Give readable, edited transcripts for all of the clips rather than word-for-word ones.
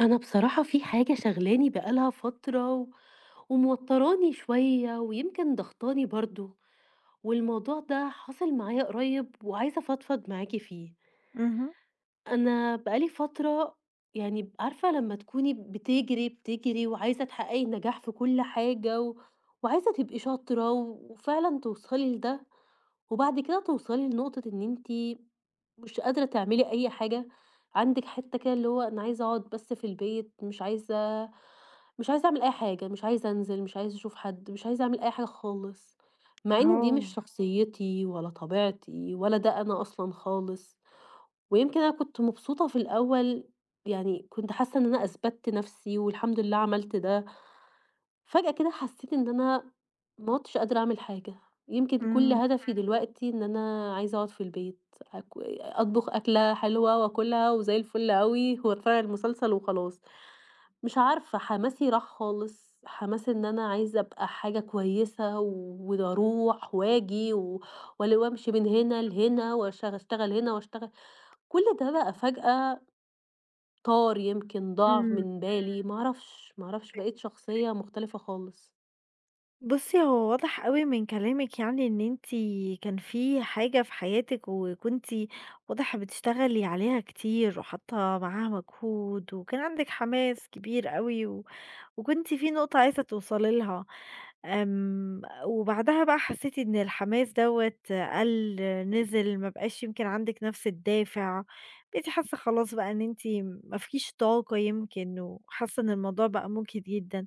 أنا بصراحة في حاجة شاغلاني بقالها فترة و... وموتراني شوية ويمكن ضغطاني برضو، والموضوع ده حصل معايا قريب وعايزة أفضفض معاكي فيه. اهم. أنا بقالي فترة، يعني عارفة لما تكوني بتجري بتجري وعايزة تحققي النجاح في كل حاجة، و... وعايزة تبقي شاطرة و... وفعلا توصلي لده، وبعد كده توصلي لنقطة إن انتي مش قادرة تعملي أي حاجة، عندِك حتّة كده اللي هو أنا عايزة أقعد بس في البيت، مش عايزة أعمل أي حاجة، مش عايزة أنزل، مش عايزة أشوف حد، مش عايزة أعمل أي حاجة خالص، مع إن دي مش آه. شخصيتي ولا طبيعتي ولا ده أنا أصلًا خالص. ويمكن أنا كنت مبسوطة في الأول، يعني كنت حاسة إن أنا أثبتت نفسي والحمد لله عملت ده. فجأة كده حسيت إن أنا ما عُدتش قادرة أعمل حاجة، يمكن كل إمم، هدفي دلوقتي إن أنا عايزة أقعد في البيت، أطبخ أكلة حلوة وآكلها وزي الفل أوي وأتفرج على المسلسل وخلاص. مش عارفة، حماسي راح خالص، حماس إن أنا عايزة أبقى حاجة كويسة و- وأروح وآجي و وال وأمشي من هنا لهنا وأش أشتغل هنا وأشتغل كل ده بقى فجأة طار، يمكن ضاع إمم. من بالي، ما أعرفش، ما أعرفش، بقيت شخصية مختلفة خالص. بُصّي، هو واضح أوي من كلامِك يعني إن أنتِ كان في حاجة في حياتِك وكنتِ واضح بتشتغلي عليها كتير وحاطة معاها مجهود وكان عندِك حماس كبير أوي و وكنتِ في نقطة عايزة توصلي لها، آمم، وبعدها بقى حسيتِ إن الحماس دوّة قَل، نزل، ما بقاش يمكن عندِك نفس الدافع، بقيتِ حاسة خلاص بقى إن أنتِ ما فيكيش طاقة يمكن، وحاسة إن الموضوع بقى مُجهِد جدًا.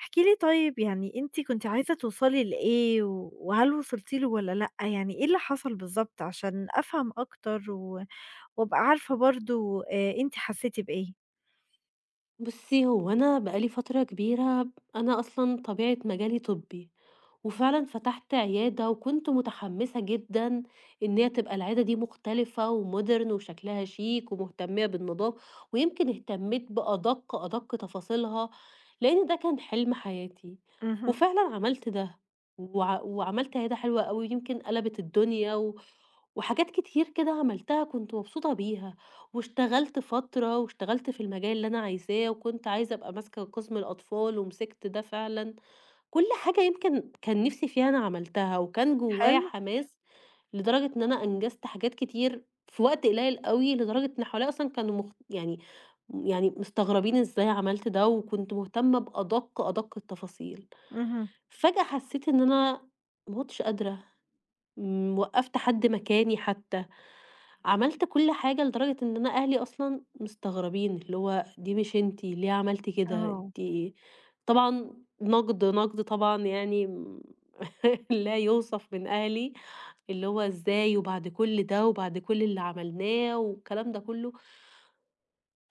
احكِ لي طيب، يعني أنتِ كنتِ عايزة توصلي لإيه، وهل وصلتِ له والّا لأ؟ يعني إيه اللي حصل بالضبط عشان أفهم أكتر، و وأبقى عارفة برضه أنتِ حسيتِ بإيه؟ بُصّي، هو أنا بقى لي فترة كبيرة، أنا أصلًا طبيعة مجالي طبّي، وفعلًا فتحت عيادة وكنت متحمّسة جدًا إن هي تبقى العيادة دي مختلفة وmodern وشكلها شيك ومهتمية بالنضافة، ويمكن اهتميت بأدق، أدق تفاصيلها، لإن ده كان حلم حياتي. اهم. وفعلًا عملت ده، وع وعملت عيادة حلوة أوي، يمكن قلبت الدنيا و وحاجات كتير كده عملتها كنت مبسوطة بيها. واشتغلت فترة، واشتغلت في المجال اللي أنا عايزاه، وكنت عايزة أبقى ماسكة قسم الأطفال، ومسكت ده فعلًا، كل حاجة يمكن كان نِفْسي فيها أنا عملتها، وكان جوايا حلو؟ حماس لدرجة إن أنا أنجزت حاجات كتير في وقت قليل أوي، لدرجة إن حواليّا أصلًا كانوا مخ يعني يعني مستغربين إزاي عملت ده، وكنت مهتمة بأدق، أدق التفاصيل. اهم. فجأة حسيت إن أنا ما عُدتش قادرة، وقّفت حد مكاني حتى. عملت كل حاجة لدرجة إن أنا أهلي أصلًا مستغربين، اللي هو دي مش أنتِ، ليه عملتِ كده؟ آه. أنتِ طبعًا نقد، نقد طبعًا يعني لا يُوصف من أهلي، اللي هو إزاي وبعد كل ده وبعد كل اللي عملناه والكلام ده كله.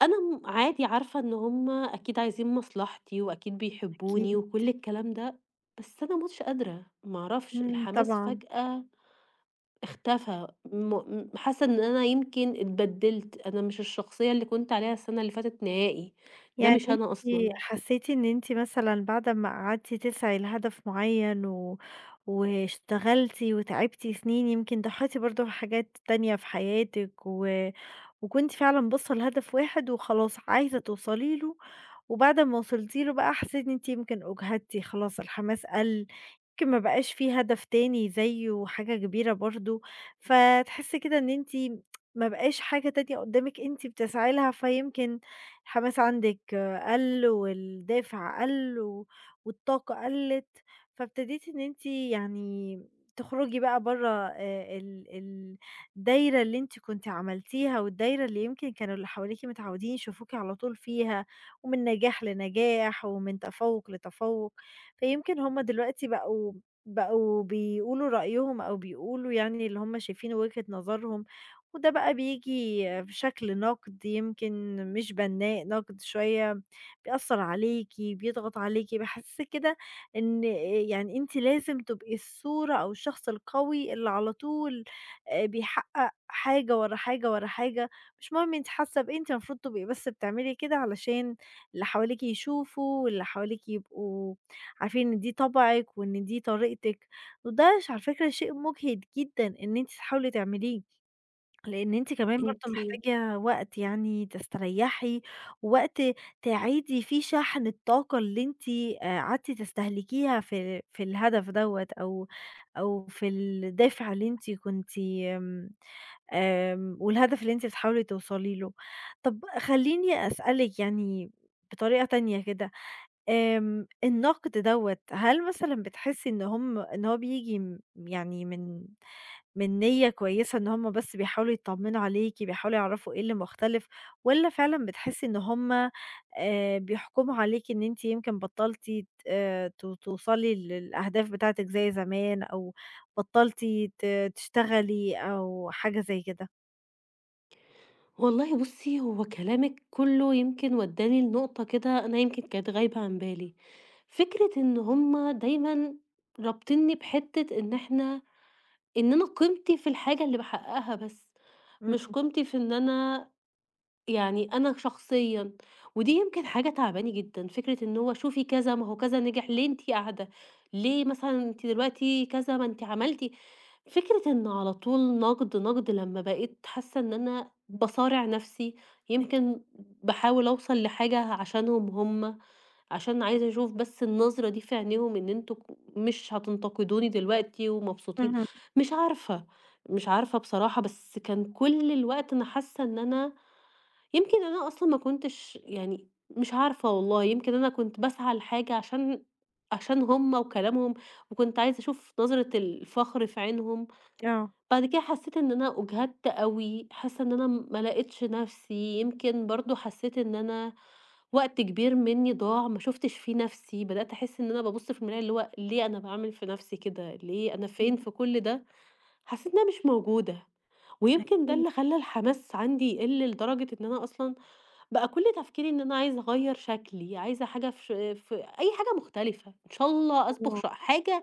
أنا عادي عارفة إن هُم أكيد عايزين مصلحتي وأكيد بيحبوني احكِ. وكل الكلام ده، بس أنا ما عُدتش قادرة، ما أعرفش إمم، الحماس طبعًا. فجأة اختفى. م م حاسة إن أنا يمكن اتبدلت، أنا مش الشخصية اللي كنت عليها السنة اللي فاتت نهائي، ده يعني مش أنتِ أنا أصلًا. حسيتِ إن أنتِ مثلًا بعد أمّا قعدتِ تسعي لهدف معيّن و واشتغلتِ وتعبتِ سنين، يمكن ضحيتِ برضه بحاجات تانية في حياتِك، و وكنتِ فعلًا باصة لهدف واحد وخلاص عايزة توصلي له، وبعد ما وصلتِ له بقى حسيتِ إن أنتِ يمكن أُجهدتِ خلاص، الحماس قَل، يمكن ما بقاش في هدف تاني زيّه وحاجة كبيرة برضه، فتحسّي كده إن أنتِ ما بقاش حاجة تانية قدّامِك أنتِ بتسعي لها، فيمكن الحماس عندِك قَل، والدافع قَل والطاقة قَلِّت، فابتديتِ إن أنتِ يعني تخرجي بقى برّه ال ال الدايرة اللي أنتِ كنتِ عملتيها، والدايرة اللي يمكن كانوا اللي حواليكِ متعودين يشوفوكِ على طول فيها، ومن نجاح لنجاح ومن تفوّق لتفوّق، فيمكن هُم دلوقتي بقوا بيقولوا رأيهم أو بيقولوا يعني اللي هُم شايفينه، وجهة نظرهم، وده بقى بييجي بشكل نقد يمكن مش بناء، نقد شوية بيأثّر عليكِ، بيضغط عليكِ، بيحسّسِك كده إن يعني أنتِ لازم تبقي الصورة أو الشخص القوي اللي على طول بيحقق حاجة ورا حاجة، ورا حاجة، مش مهم أنتِ حاسة بإيه، أنتِ المفروض تبقي بس بتعملي كده علشان اللي حواليكِ يشوفوا، واللي حواليكِ يبقوا عارفين إن دي طبعِك وإن دي طريقتِك، وده على فكرة شيء مُجهد جدًا إن أنتِ تحاولي تعمليه. لإن أنتِ كمان برضه أنتِ محتاجة وقت يعني تستريّحي، ووقت تعيدي فيه شحن الطاقة اللي أنتِ قعدتِ تستهلكيها في الهدف دوّة أو في الدافع اللي أنتِ كنتِ آمم آمم والهدف اللي أنتِ بتحاولي توصلي له. طَب خلّيني أسألِك يعني بطريقة تانية كده، النقد دوّة هل مثلًا بتحسّي إن هم إن هو بييجي يعني من نية كويسة، إن هُم بس بيحاولوا يطمنوا عليكِ، بيحاولوا يعرفوا إيه اللي مختلف، والّا فعلًا بتحسي إن هُم بيحكموا عليكِ إن أنتِ يمكن بطلتِ ت ت توصلي للأهداف بتاعتِك زي زمان، أو بطلتِ ت تشتغلي أو حاجة زي كده؟ والله بُصّي، هو كلامِك كلّه يمكن ودّاني لنقطة كده أنا يمكن كانت غايبة عن بالي، فكرة إن هُم دايمًا رابطينّي بحتّة إن أنا قيمتي في الحاجة اللي باحققها بس، مش إمم، قيمتي في إن أنا، يعني أنا شخصيًا، ودي يمكن حاجة تاعباني جدًا، فكرة إن هو شوفي كذا، ما هو كذا نجح، ليه أنتِ قاعدة، ليه مثلًا أنتِ دلوقتي كذا، ما أنتِ عملتِ، فكرة إن على طول نقد، نقد، لمّا بقيت حاسة إن أنا باصارع نفسي، أك يمكن باحاول أوصل لحاجة عشانهم هم، عشان عايزة أشوف بس النظرة دي في عينيهم إن أنتم مش هتنتقدوني دلوقتي ومبسوطين. اهم، مش عارفة، مش عارفة بصراحة، بس كان كل الوقت أنا حاسة إن أنا يمكن أنا أصلًا ما كنتش، يعني مش عارفة والله، يمكن أنا كنت باسعى لحاجة عشان هم وكلامهم، وكنت عايزة أشوف نظرة الفخر في عينهم. آه. بعد كده حسيت إن أنا أُجهدت أوي، حاسة إن أنا ما لقيتش نفسي، يمكن برضه حسيت إن أنا وقت كبير مني ضاع ما شُفتش فيه نفسي، بدأت أحس إن أنا بابُص في المراية اللي هو ليه أنا باعمل في نفسي كده، ليه أنا إمم، فين في كل ده؟ حسيت إن أنا مش موجودة، ويمكن ده أكيد. اللي خلّى الحماس عندي يقِل لدرجة إن أنا أصلًا بقى كل تفكيري إن أنا عايزة أغيّر شكلي، عايزة حاجة في أي حاجة مختلفة، إن شاء الله أصبغ آه، حاجة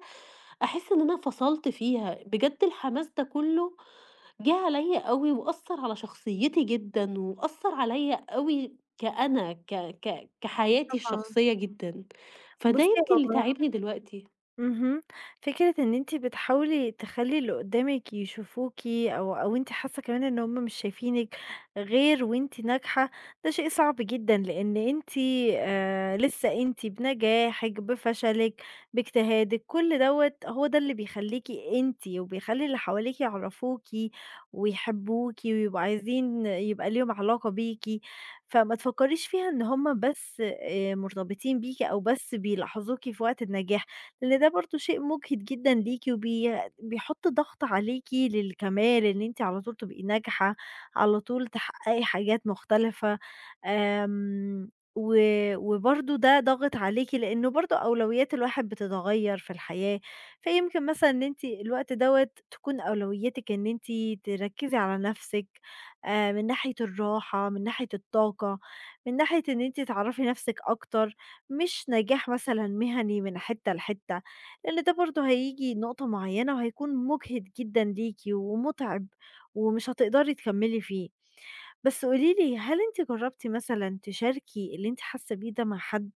أحس إن أنا فصلت فيها، بجد الحماس ده كلّه جه عليَّ أوي وأثّر على شخصيتي جدًا، وأثّر عليَّ أوي كأنا ك ك كحياتي طبعًا. الشخصية جدًا، فده بُصي، يمكن اللي هو تاعبني دلوقتي. اهم. فكرة إن أنتِ بتحاولي تخلّي اللي قدّامِك يشوفوكِ، أو أو أنتِ حاسة كمان إن هُم مش شايفينِك غير وأنتِ ناجحة، ده شيء صعب جدًا، لإن أنتِ لسه أنتِ بنجاحِك، بفشلِك، باجتهادِك، كل دوّة هو ده اللي بيخلّيكِ أنتِ، وبيخلّي اللي حواليكِ يعرفوكِ ويحبوكِ ويبقوا عايزين يبقى ليهم علاقة بيكِ، فما تفكّريش فيها إن هُم بس مرتبطين بيكِ، أو بس بيلاحظوكِ في وقت النجاح. لإن ده برضه شيء مُجهِد جدًا ليكِ، بيحُط ضغط عليكِ للكمال، إن أنتِ على طول تبقي ناجحة، على طول تحقّقي حاجات مختلفة، آمم و وبرضه ده ضاغط عليكِ، لإنه برضه أولويات الواحد بتتغيّر في الحياة، فيمكن مثلًا إن أنتِ الوقت دوّة تكون أولويتِك إن أنتِ تركّزي على نَفْسِك، من ناحية الراحة، من ناحية الطاقة، من ناحية إن أنتِ تعرفي نَفْسِك أكتر. مش نجاح مثلًا مهني من حتّة لحتّة، لإن ده برضه هييجي نقطة معيّنة وهيكون مُجهِد جدًا ليكِ ومُتعِب، ومش هتقدري تكمّلي فيه. بس قولي لي، هل أنتِ جرّبتِ مثلًا تشاركي اللي أنتِ حاسّة بيه ده مع حد؟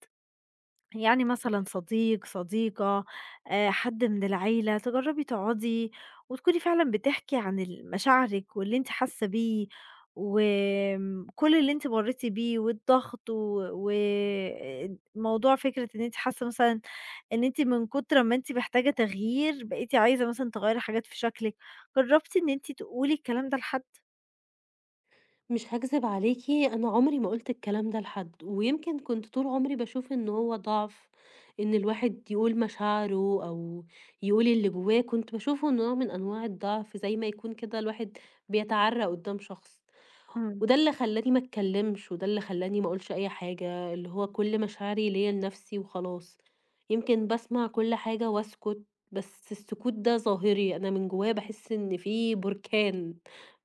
يعني مثلًا صديق، صديقة، حد من العيلة، تجرّبي تقعدي وتكوني فعلًا بتحكي عن مشاعرِك واللي أنتِ حاسة بيه، وآمم كل اللي أنتِ مرّيتِ بيه، والضغط، وموضوع فكرة إن أنتِ حاسة مثلًا إن أنتِ من كتر ما أنتِ محتاجة تغيير بقيتِ عايزة مثلًا تغيّري حاجات في شكلِك، جرّبتِ إن أنتِ تقولي الكلام ده لحد؟ مش هاكذب عليكِ، أنا عمري ما قُلت الكلام ده لحد، ويمكن كنت طول عمري باشوف إن هو ضعف، إن الواحد يقول مشاعره أو يقول اللي جواه، كنت باشوفه نوع من أنواع الضعف، زي ما يكون كده الواحد بيتعرّى قدّام شخص. إمم، وده اللي خلّاني ما اتكلّمش، وده اللي خلّاني ما اقولش أي حاجة، اللي هو كل مشاعري ليّا لنفسي وخلاص. يمكن باسمع كل حاجة واسكت، بس السكوت ده ظاهري، أنا من جوايا باحس إن في بركان،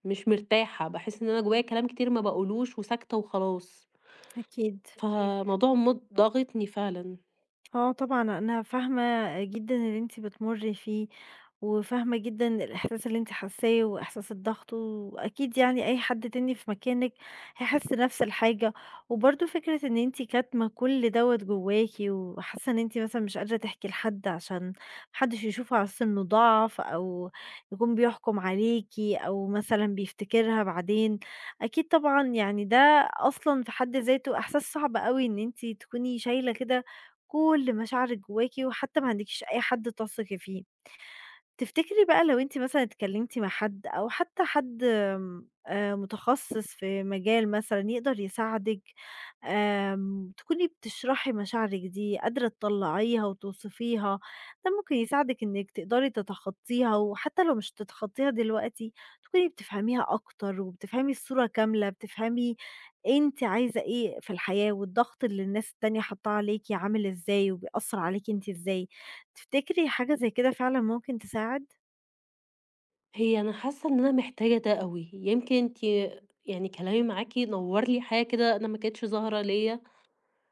مش مرتاحة، باحس إن أنا جوايا كلام كتير ما باقولوش وساكتة وخلاص. أكيد. فموضوع الmood ضاغطني فعلًا. آه، طبعًا، أنا فاهمة جدًا اللي أنتِ بتمُرّي فيه، وفاهمة جدًا الإحساس اللي أنتِ حاساه وإحساس الضغط، وأكيد يعني أي حد تاني في مكانِك هيحس نفس الحاجة، وبرضه فكرة إن أنتِ كاتمة كل دوّة جواكِ، وحاسة إن أنتِ مثلًا مش قادرة تحكي لحد عشان ما حدش يشوفه على أساس إنه ضعف، أو يكون بيحكم عليكِ، أو مثلًا بيفتكرها بعدين، أكيد طبعًا، يعني ده أصلًا في حد ذاته إحساس صعب أوي إن أنتِ تكوني شايلة كده كل مشاعرِك جواكِ، وحتى ما عندكيش أي حد تثقي فيه. تفتكري بقى لو أنتِ مثلًا اتكلمتِ مع حد، أو حتى حد آمم، متخصص في مجال مثلًا يقدر يساعدِك، تكوني بتشرحي مشاعرِك دي، قادرة تطلعيها وتوصفيها، ده ممكن يساعدِك إنِك تقدري تتخطيها، وحتى لو مش هتتخطيها دلوقتي تكوني بتفهميها أكتر، وبتفهمي الصورة كاملة، بتفهمي أنتِ عايزة إيه في الحياة، والضغط اللي الناس التانية حاطاه عليكِ عامل إزاي، وبيأثر عليكِ أنتِ إزاي. تفتكري حاجة زي كده فعلًا ممكن تساعد؟ هي أنا حاسة إن أنا محتاجة ده أوي، يمكن أنتِ، يعني كلامي معاكِ نوّر لي حاجة كده أنا ما كانتش ظاهرة ليّا.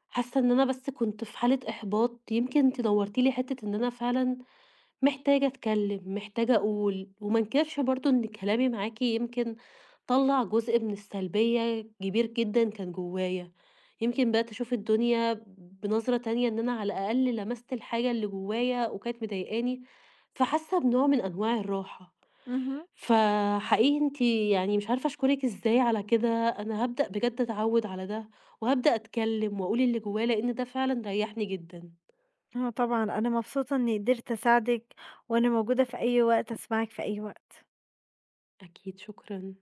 حاسة إن أنا بس كنت في حالة إحباط، يمكن أنتِ نوّرتِ لي حتّة إن أنا فعلًا محتاجة أتكلّم، محتاجة أقول، وما انكرش برضه إن كلامي معاكِ يمكن طلّع جزء من السلبية كبير جدًا كان جوّايا، يمكن بدأت أشوف الدنيا بنظرة تانية إن أنا على الأقل لمست الحاجة اللي جوّايا وكانت مضايقاني، فحاسة بنوع من أنواع الراحة. اهم. فحقيقي أنتِ، يعني مش عارفة أشكرِك إزاي على كده، أنا هابدأ بجد أتعوِّد على ده، وهابدأ أتكلم وأقول اللي جوايا، لإن ده فعلًا ريّحني جدًا. آه، طبعًا، أنا مبسوطة إنّي قدرت أساعدِك، وأنا موجودة في أي وقت أسمعِك في أي وقت. أكيد، شكرًا.